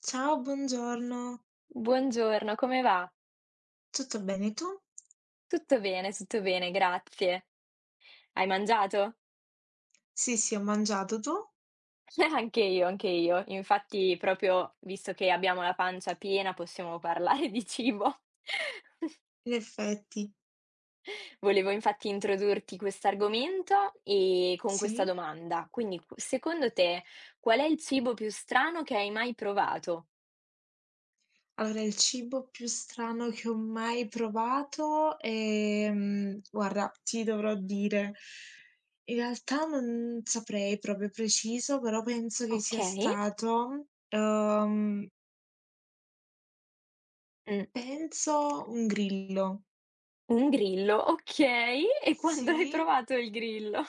Ciao, buongiorno. Buongiorno, come va? Tutto bene tu? Tutto bene, grazie. Hai mangiato? Sì, sì, ho mangiato, tu? Anche io, anche io. Infatti, proprio visto che abbiamo la pancia piena, possiamo parlare di cibo. In effetti, Volevo infatti introdurti quest'argomento e con sì. questa domanda. Quindi, secondo te, qual è il cibo più strano che hai mai provato? Allora, il cibo più strano che ho mai provato, guarda, ti dovrò dire, in realtà non saprei proprio preciso, però penso che sia Okay, stato, mh, penso un grillo. un grillo, okay. E quando hai Sì, provato il grillo?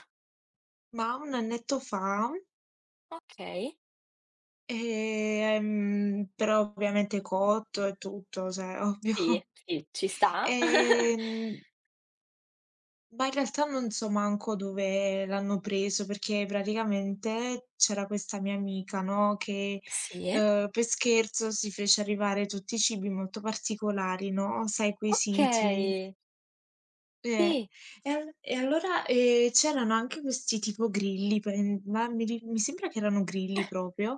ma un annetto fa. Okay, Però ovviamente cotto e tutto, cioè ovvio. sì, sì, ci sta. Ehm, ma in realtà non so manco dove l'hanno preso, perché praticamente c'era questa mia amica, no, che, Sì. Per scherzo si fece arrivare tutti i cibi molto particolari, no, sai quei siti Okay. eh, Sì. e allora, c'erano anche questi tipo grilli, pen ma mi ri mi sembra che erano grilli proprio,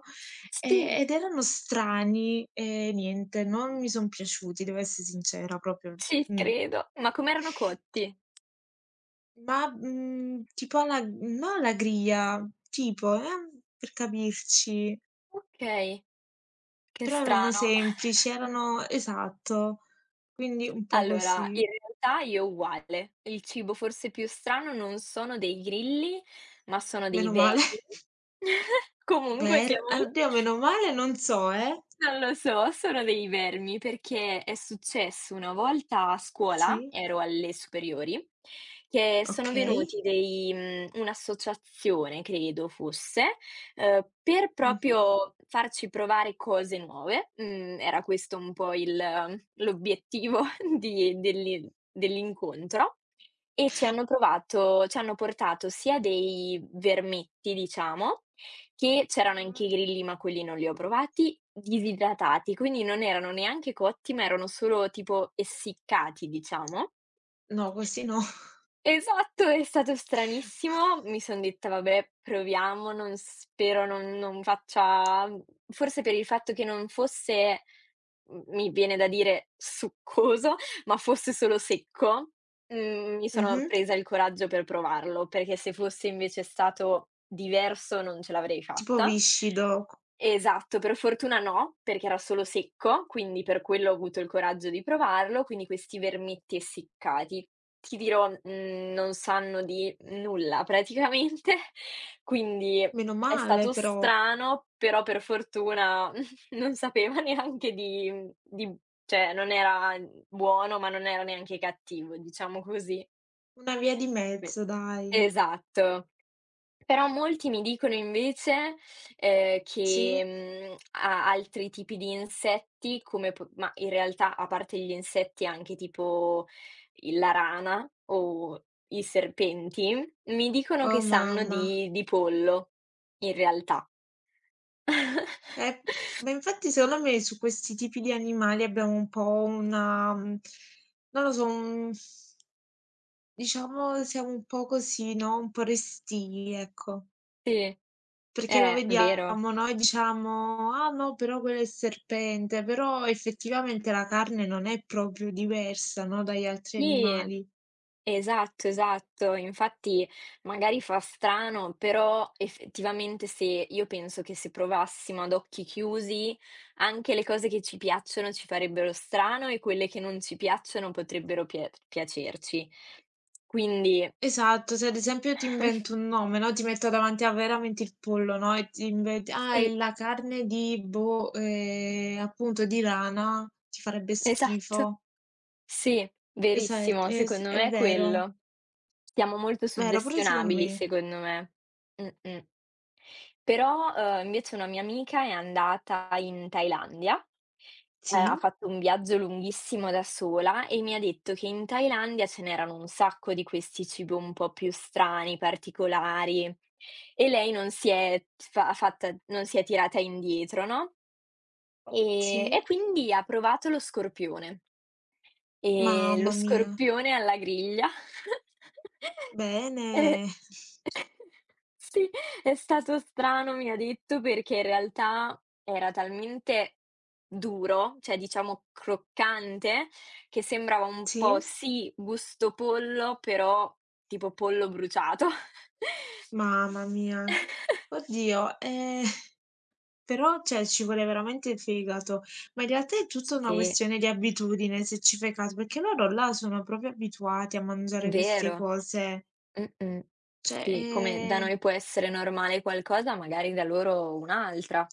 Sì, ed erano strani e niente, non mi son piaciuti, devo esse sincera proprio. ci Mh. credo. Ma com'erano cotti? Tipo alla no alla griglia, tipo, per capirci, Okay, che però erano strano. semplici, erano esatto, quindi un po' Allora, così. in realtà io uguale. Il cibo forse più strano non sono dei grilli, ma sono dei Meno male. vermi. Comunque Ber siamo lì. oddio, meno male non so, eh. Non lo so, sono dei vermi perché è successo una volta a scuola, Sì, ero alle superiori, che sono okay. venuti un'associazione credo fosse, per Mh-mh. proprio farci provare cose nuove. Mhmm, Era questo un po' il l'obiettivo di dell'in dell'incontro e ci hanno portato sia dei vermetti, diciamo, che c'erano anche Ah. i grilli, ma quelli non li ho provati, disidratati, quindi non erano neanche cotti, ma erano solo tipo essiccati, diciamo. No, così no. Esatto, è stato stranissimo. Mi son detta: "Vabbè, proviamo, non spero non non faccia" forse per il fatto che non fosse, m mi viene da dire succoso, ma fosse solo secco, mi sono Mh-mh. presa il coraggio per provarlo, perché se fosse invece stato diverso non ce l'avrei Tipo fatta. viscido. Esatto, per fortuna no, perché era solo secco, quindi per quello ho avuto il coraggio di provarlo, quindi questi vermetti essiccati. Ti dirò, non sanno di nulla praticamente, quindi Meno è male stato però. strano, però per fortuna non sapeva neanche di mhmm, di cioè non era buono, ma non era neanche cattivo, diciamo così. Una via di Sì. mezzo dai. Esatto. Però molti mi dicono invece, Sì? che, mhmm, a altri tipi di insetti come po ma in realtà a parte gli insetti anche tipo il la rana o i serpenti, mi dicono che Oh sanno mamma. di pollo in realtà. Eh, ma infatti secondo me su questi tipi di animali abbiamo un po' una non lo so, un diciamo siamo un po' così, no, un po' restii, ecco. Sì, Perché lo vero. vediamo, noi diciamo: "Ah no, però quello è il serpente", però effettivamente la carne non è proprio diversa, no, dagli altri Sì. animali. Esatto, esatto. Infatti magari fa strano, però effettivamente se io penso che se provassimo ad occhi chiusi, anche le cose che ci piacciono ci farebbero strano e quelle che non ci piacciono potrebbero piacerci. Quindi Esatto, se ad esempio io ti invento un nome, no, ti metto davanti a veramente il pollo, no, e ti inventi: "Ah, è sì, la carne di boh, appunto di rana", ti farebbe esatto. schifo. Sì, Esat verissimo, es secondo è me è vero, quello. Siamo molto vero pure secondo suggestionabili, me. secondo me. Mm, mm. Però, invece una mia amica è andata in Thailandia, ha Sì, fatto un viaggio lunghissimo da sola e mi ha detto che in Thailandia ce n'erano un sacco di questi cibi un po' più strani, particolari e lei non si è fa fatta non si è tirata indietro, no, sì, e quindi ha provato lo scorpione. Lo mamma mia. scorpione alla griglia. Eh. Bene. Sì, è stato strano, mi ha detto, perché in realtà era talmente duro, cioè diciamo croccante, che sembrava un Sì. po', sì, gusto pollo, però tipo pollo bruciato. Mamma mia. Oddio, però cioè ci vuole veramente il fegato, ma in realtà è tutta una Sì, questione di abitudine se ci fai caso, perché loro là sono proprio abituati a mangiare queste vero. cose. Mh-mh. Cioè, Sì, come da noi può essere normale qualcosa, magari da loro un'altra.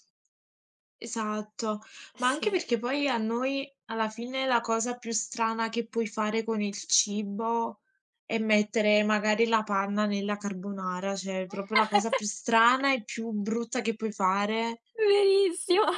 esatto, ma anche Sì. perché poi a noi alla fine la cosa più strana che puoi fare con il cibo è mettere magari la panna nella carbonara, cioè è proprio la cosa più strana e più brutta che puoi fare. Verissimo.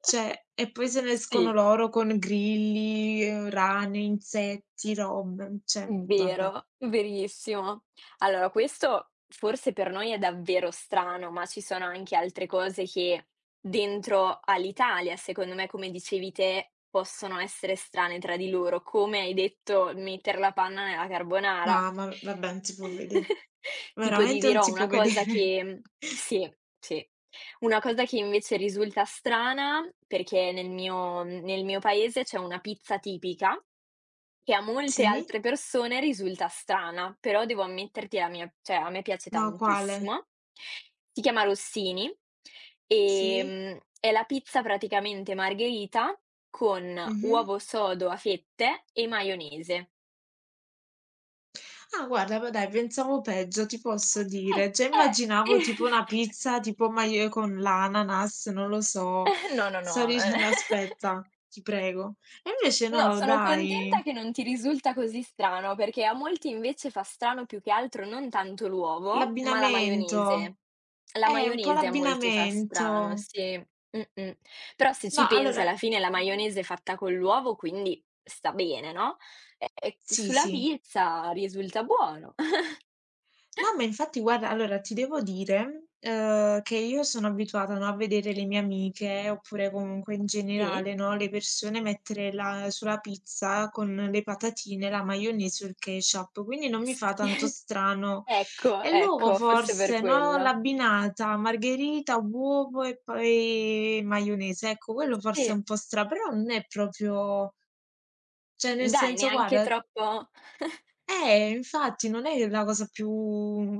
Cioè e poi se ne escono Sì. loro con grilli, rane, insetti, robe, cioè vabbè. Vero, verissimo. Allora questo forse per noi è davvero strano, ma ci sono anche altre cose che dentro all'Italia, secondo me, come dicevi te, possono essere strane tra di loro. Come hai detto, metter la panna nella carbonara. Mamma mi vabbè non si può vede Tipo ti veramente non dirò si una può cosa vedere. che mhmm sì, sì. Una cosa che invece risulta strana, perché nel mio paese c'è una pizza tipica, che a molte Sì? altre persone risulta strana, però devo ammetterti la mia cioè a me piace No, quale? tantissimo. Si chiama Rossini, Sì? È la pizza praticamente margherita con Mh-mh. uovo sodo a fette e maionese. Ah guarda, ma dai, pensavo peggio, ti posso dire. Già Eh, eh, immaginavo tipo una pizza tipo maio con l'ananas, non lo so. no, no, Sto no, dicendo aspetta, ti prego. E invece No, no, sono dai, contenta che non ti risulta così strano, perché a molti invece fa strano più che altro non tanto l'uovo, ma la l'abbinamento. maionese. La Un po' maionese a molti fa strano, l'abbinamento. sì. Mh-mh. Però se No, ci pensi allora alla fine la mh-mh. maionese è fatta con l'uovo, quindi sta bene, no, e Sì, sulla sì. pizza risulta buono. No, ma infatti guarda, allora ti devo dire, che io sono abituata, no, a vedere le mie amiche, oppure comunque in Sì? generale, no, le persone mettere la sulla pizza con le patatine, la maionese o il ketchup, quindi non mi fa tanto Sì. strano. Ecco, E l'uovo ecco, forse per forse, no, quello. l'abbinata margherita, uovo e poi maionese, ecco quello forse è Sì. un po' stra però non è proprio. Cioè nel Dai, senso neanche guarda troppo. Infatti non è la cosa più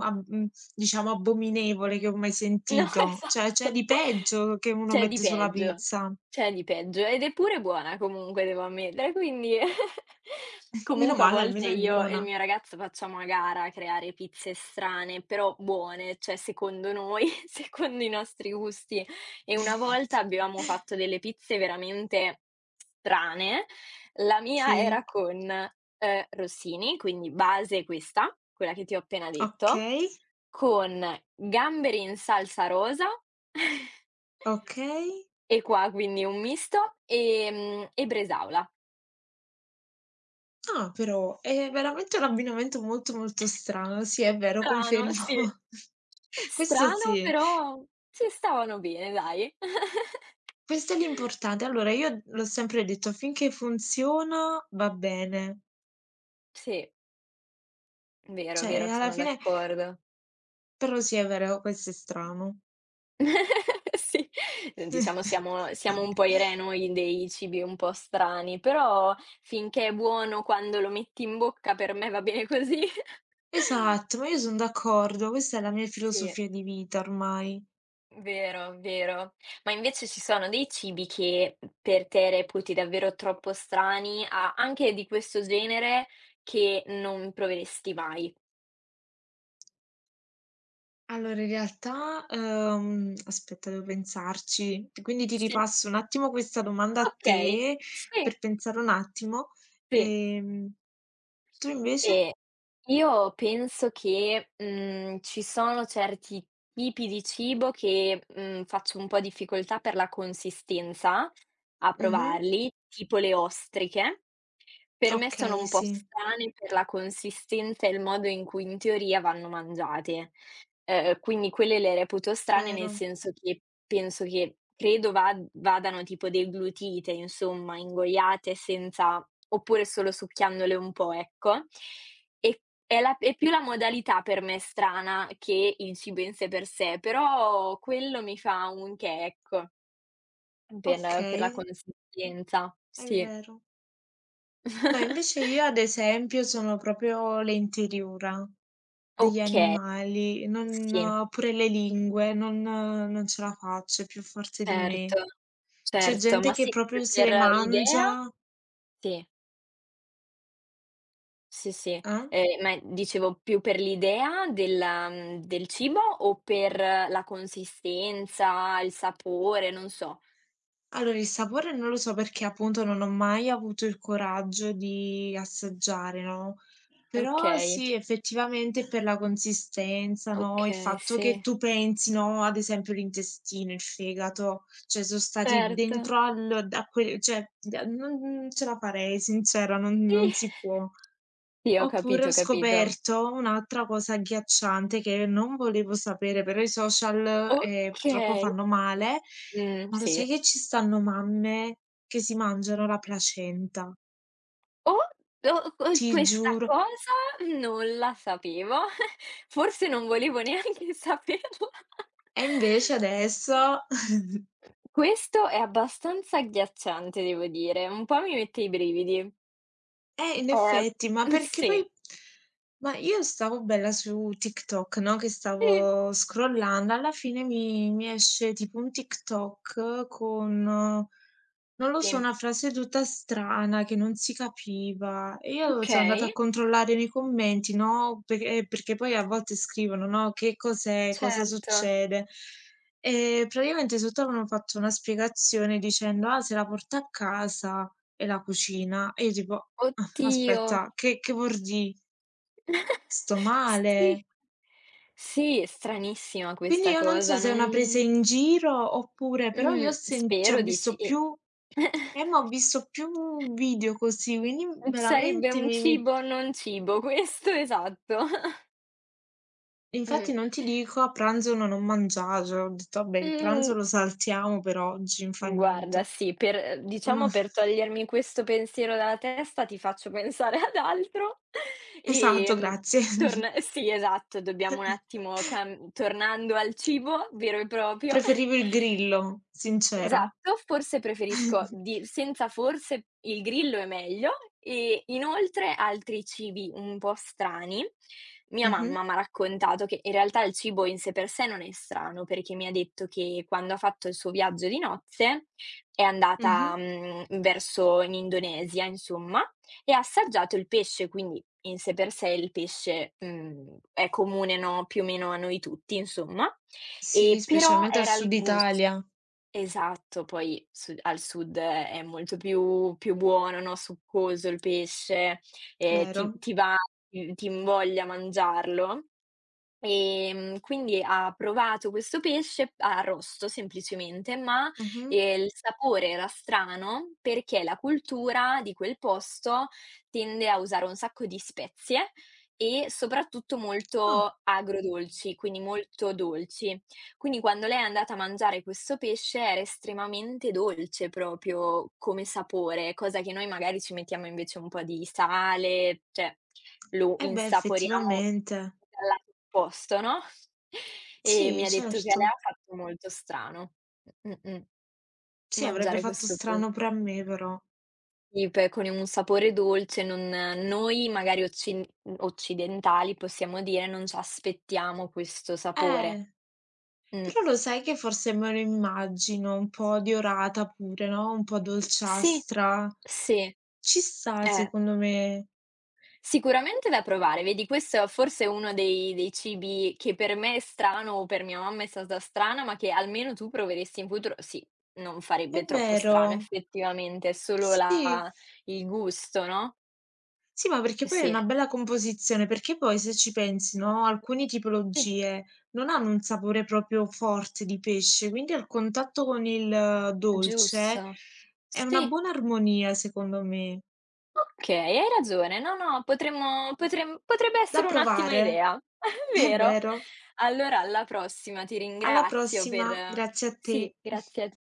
ab mhmm, diciamo abominevole che ho mai No, sentito. Cioè c'è esatto. di peggio che uno C'è di mette sulla peggio, pizza. c'è di peggio ed è pure buona comunque devo ammettere, quindi Meno comunque a male volte almeno è io e il buona. mio ragazzo facciamo a gara a creare pizze strane, però buone, cioè secondo noi, secondo i nostri gusti. E una volta avevamo fatto delle pizze veramente strane. La mia Sì, era con, rossini, quindi base questa, quella che ti ho appena detto, okay, con gamberi in salsa rosa. okay. E qua quindi un misto, e bresaola. Ah, però è veramente un abbinamento molto, molto strano. Sì, è vero, confermo. Strano, sì. Questo Strano sì, però ci stavano bene dai. questo è l'importante. Allora io l'ho sempre detto: finché funziona va bene. Sì, vero, Cioè vero, alla sono fine d'accordo. però sì, è vero, questo è strano. Sì, diciamo siamo un po' i re noi dei cibi un po' strani, però finché è buono quando lo metti in bocca per me va bene così. Esatto, ma io son d'accordo, questa è la mia Sì. filosofia di vita ormai. Vero, vero. Ma invece ci sono dei cibi che per te reputi davvero troppo strani, a anche di questo genere, che non proveresti mai? Allora in realtà, aspetta devo pensarci, quindi ti Sì. ripasso un attimo questa domanda a Okay, te sì, per pensare un attimo. sì. Ehm, Tu invece? Ehm, io penso che, ci sono certi tipi di cibo che, faccio un po' difficoltà per la consistenza a Mh-mh. provarli, tipo le ostriche. Per me sono Okay, un po' sì, strane per la consistenza e il modo in cui in teoria vanno mangiate. Quindi quelle le reputo strane, nel vero. senso che penso che credo va vadano tipo deglutite, insomma, ingoiate senza oppure solo succhiandole un po', ecco. E è più la modalità per me strana che il cibo in sé per sé, però quello mi fa un che, ecco, per la Okay, consistenza, è sì. vero. No, invece io ad esempio sono proprio lente diurna. Degli Okay. animali, Sì, non pure le lingue, non ce la faccio, è più forte di me. certo, C'è certo, gente ma che sì, più proprio se per le l'idea. mangia Sì, sì, sì. eh? Ma dicevo più per l'idea della del cibo o per la consistenza, il sapore, non so. Allora il sapore non lo so perché appunto non ho mai avuto il coraggio di assaggiare, no, però Okay, sì, effettivamente per la consistenza, no, il okay, fatto che sì, tu pensi, no, ad esempio l'intestino, il fegato, cioè son stati certo. dentro al da que cioè, non ce la farei sincera, Sì, non si può. sì, ho Oppure capito, ho ho capito. scoperto un'altra cosa agghiacciante che non volevo sapere, però i social, purtroppo Okay. fanno male, ma lo sai Sì. che ci stanno mamme che si mangiano la placenta? Oh, o Ti questa giuro. cosa non la sapevo, forse non volevo neanche saperla. E invece adesso Mh, questo è abbastanza agghiacciante, devo dire, un po' mi mette i brividi. eh, in Ehm, effetti, ma perché poi sì, ma io stavo bella su TikTok, no, che sì, stavo scrollando, alla fine mi esce tipo un TikTok con, non lo so, sì. una frase tutta strana che non si capiva e io sono andata a Okay, controllare nei commenti, no, per perché poi a volte scrivono, no, che cos'è, cosa certo. succede, e praticamente sotto avevano fatto una spiegazione dicendo: "Ah, se la porta a casa e la cucina." E io tipo Oddio. aspetta, che vuol dì? Sto Sì. male? Sì, è stranissima Quindi questa io non so cosa, se è non una presa in giro oppure però io ho sen cioè spero ho di visto sì. più ma ho visto più video così, quindi Mhmm, Sarebbe veramente un mi cibo non cibo, questo esatto. Mh. infatti non ti dico a pranzo non ho mangiato, ho detto: "Vabbè, il pranzo Mhmm, lo saltiamo per oggi, n fa niente". Guarda sì, per Ma diciamo per togliermi questo pensiero dalla testa ti faccio pensare ad altro, esatto, ehm, grazie. torn sì esatto, dobbiamo un attimo cam tornando al cibo vero e proprio. Preferivo il grillo, sincera. Esatto, forse preferisco di senza forse il grillo è meglio e inoltre altri cibi un po' strani. Mia Mh-mh, mamma m'ha raccontato che in realtà il cibo in sé per sé non è strano, perché mi ha detto che quando ha fatto il suo viaggio di nozze è mh-mh. andata, verso in Indonesia insomma, e ha assaggiato il pesce, quindi in sé per sé il pesce, è comune, no, più o meno a noi tutti insomma, Sì, e però specialmente al era sud il gus. Italia. Esatto, poi su al sud è molto più buono, no, succoso il pesce, ti Vero. ti va ti ti invoglia a mangiarlo. Quindi ha provato questo pesce arrosto semplicemente, ma, Mh-mh. Il sapore era strano perché la cultura di quel posto tende a usare un sacco di spezie e soprattutto Ah, molto agrodolci, quindi molto dolci. Quindi quando lei è andata a mangiare questo pesce era estremamente dolce proprio come sapore, cosa che noi magari ci mettiamo invece un po' di sale, cioè lo eh beh, insaporiamo effettivamente. dal lato opposto, no, e mi Sì, ha detto che a lei certo. ha fatto molto strano. Mh-mh. Sì, avrebbe Mangiare fatto questo pe strano pure a me però. sì, pe con un sapore dolce, non noi magari occin occidentali, possiamo dire, non ci aspettiamo questo sapore. Eh, Mh. però lo sai che forse me lo immagino un po' diorata pure, no, un po' Sì, dolciastra. sì, Ci sta eh. secondo me. Sicuramente da provare, vedi questo è forse uno dei cibi che per me è strano o per mia mamma è stata strana, ma che almeno tu proveresti in futuro sì, non È farebbe troppo strano vero. effettivamente, è solo Sì. la il gusto, no, Sì, ma perché poi è sì, una bella composizione, perché poi se ci pensi, no, alcune sì, tipologie non hanno un sapore proprio forte di pesce, quindi al contatto con il dolce giusto. è una Sì, buona armonia secondo me. okay, hai ragione. No, no, potremmo potrem potrebbe Da essere un'ottima provare. idea, è È vero. vero. Allora alla prossima, ti Alla ringrazio prossima, per grazie a sì, te. grazie a te.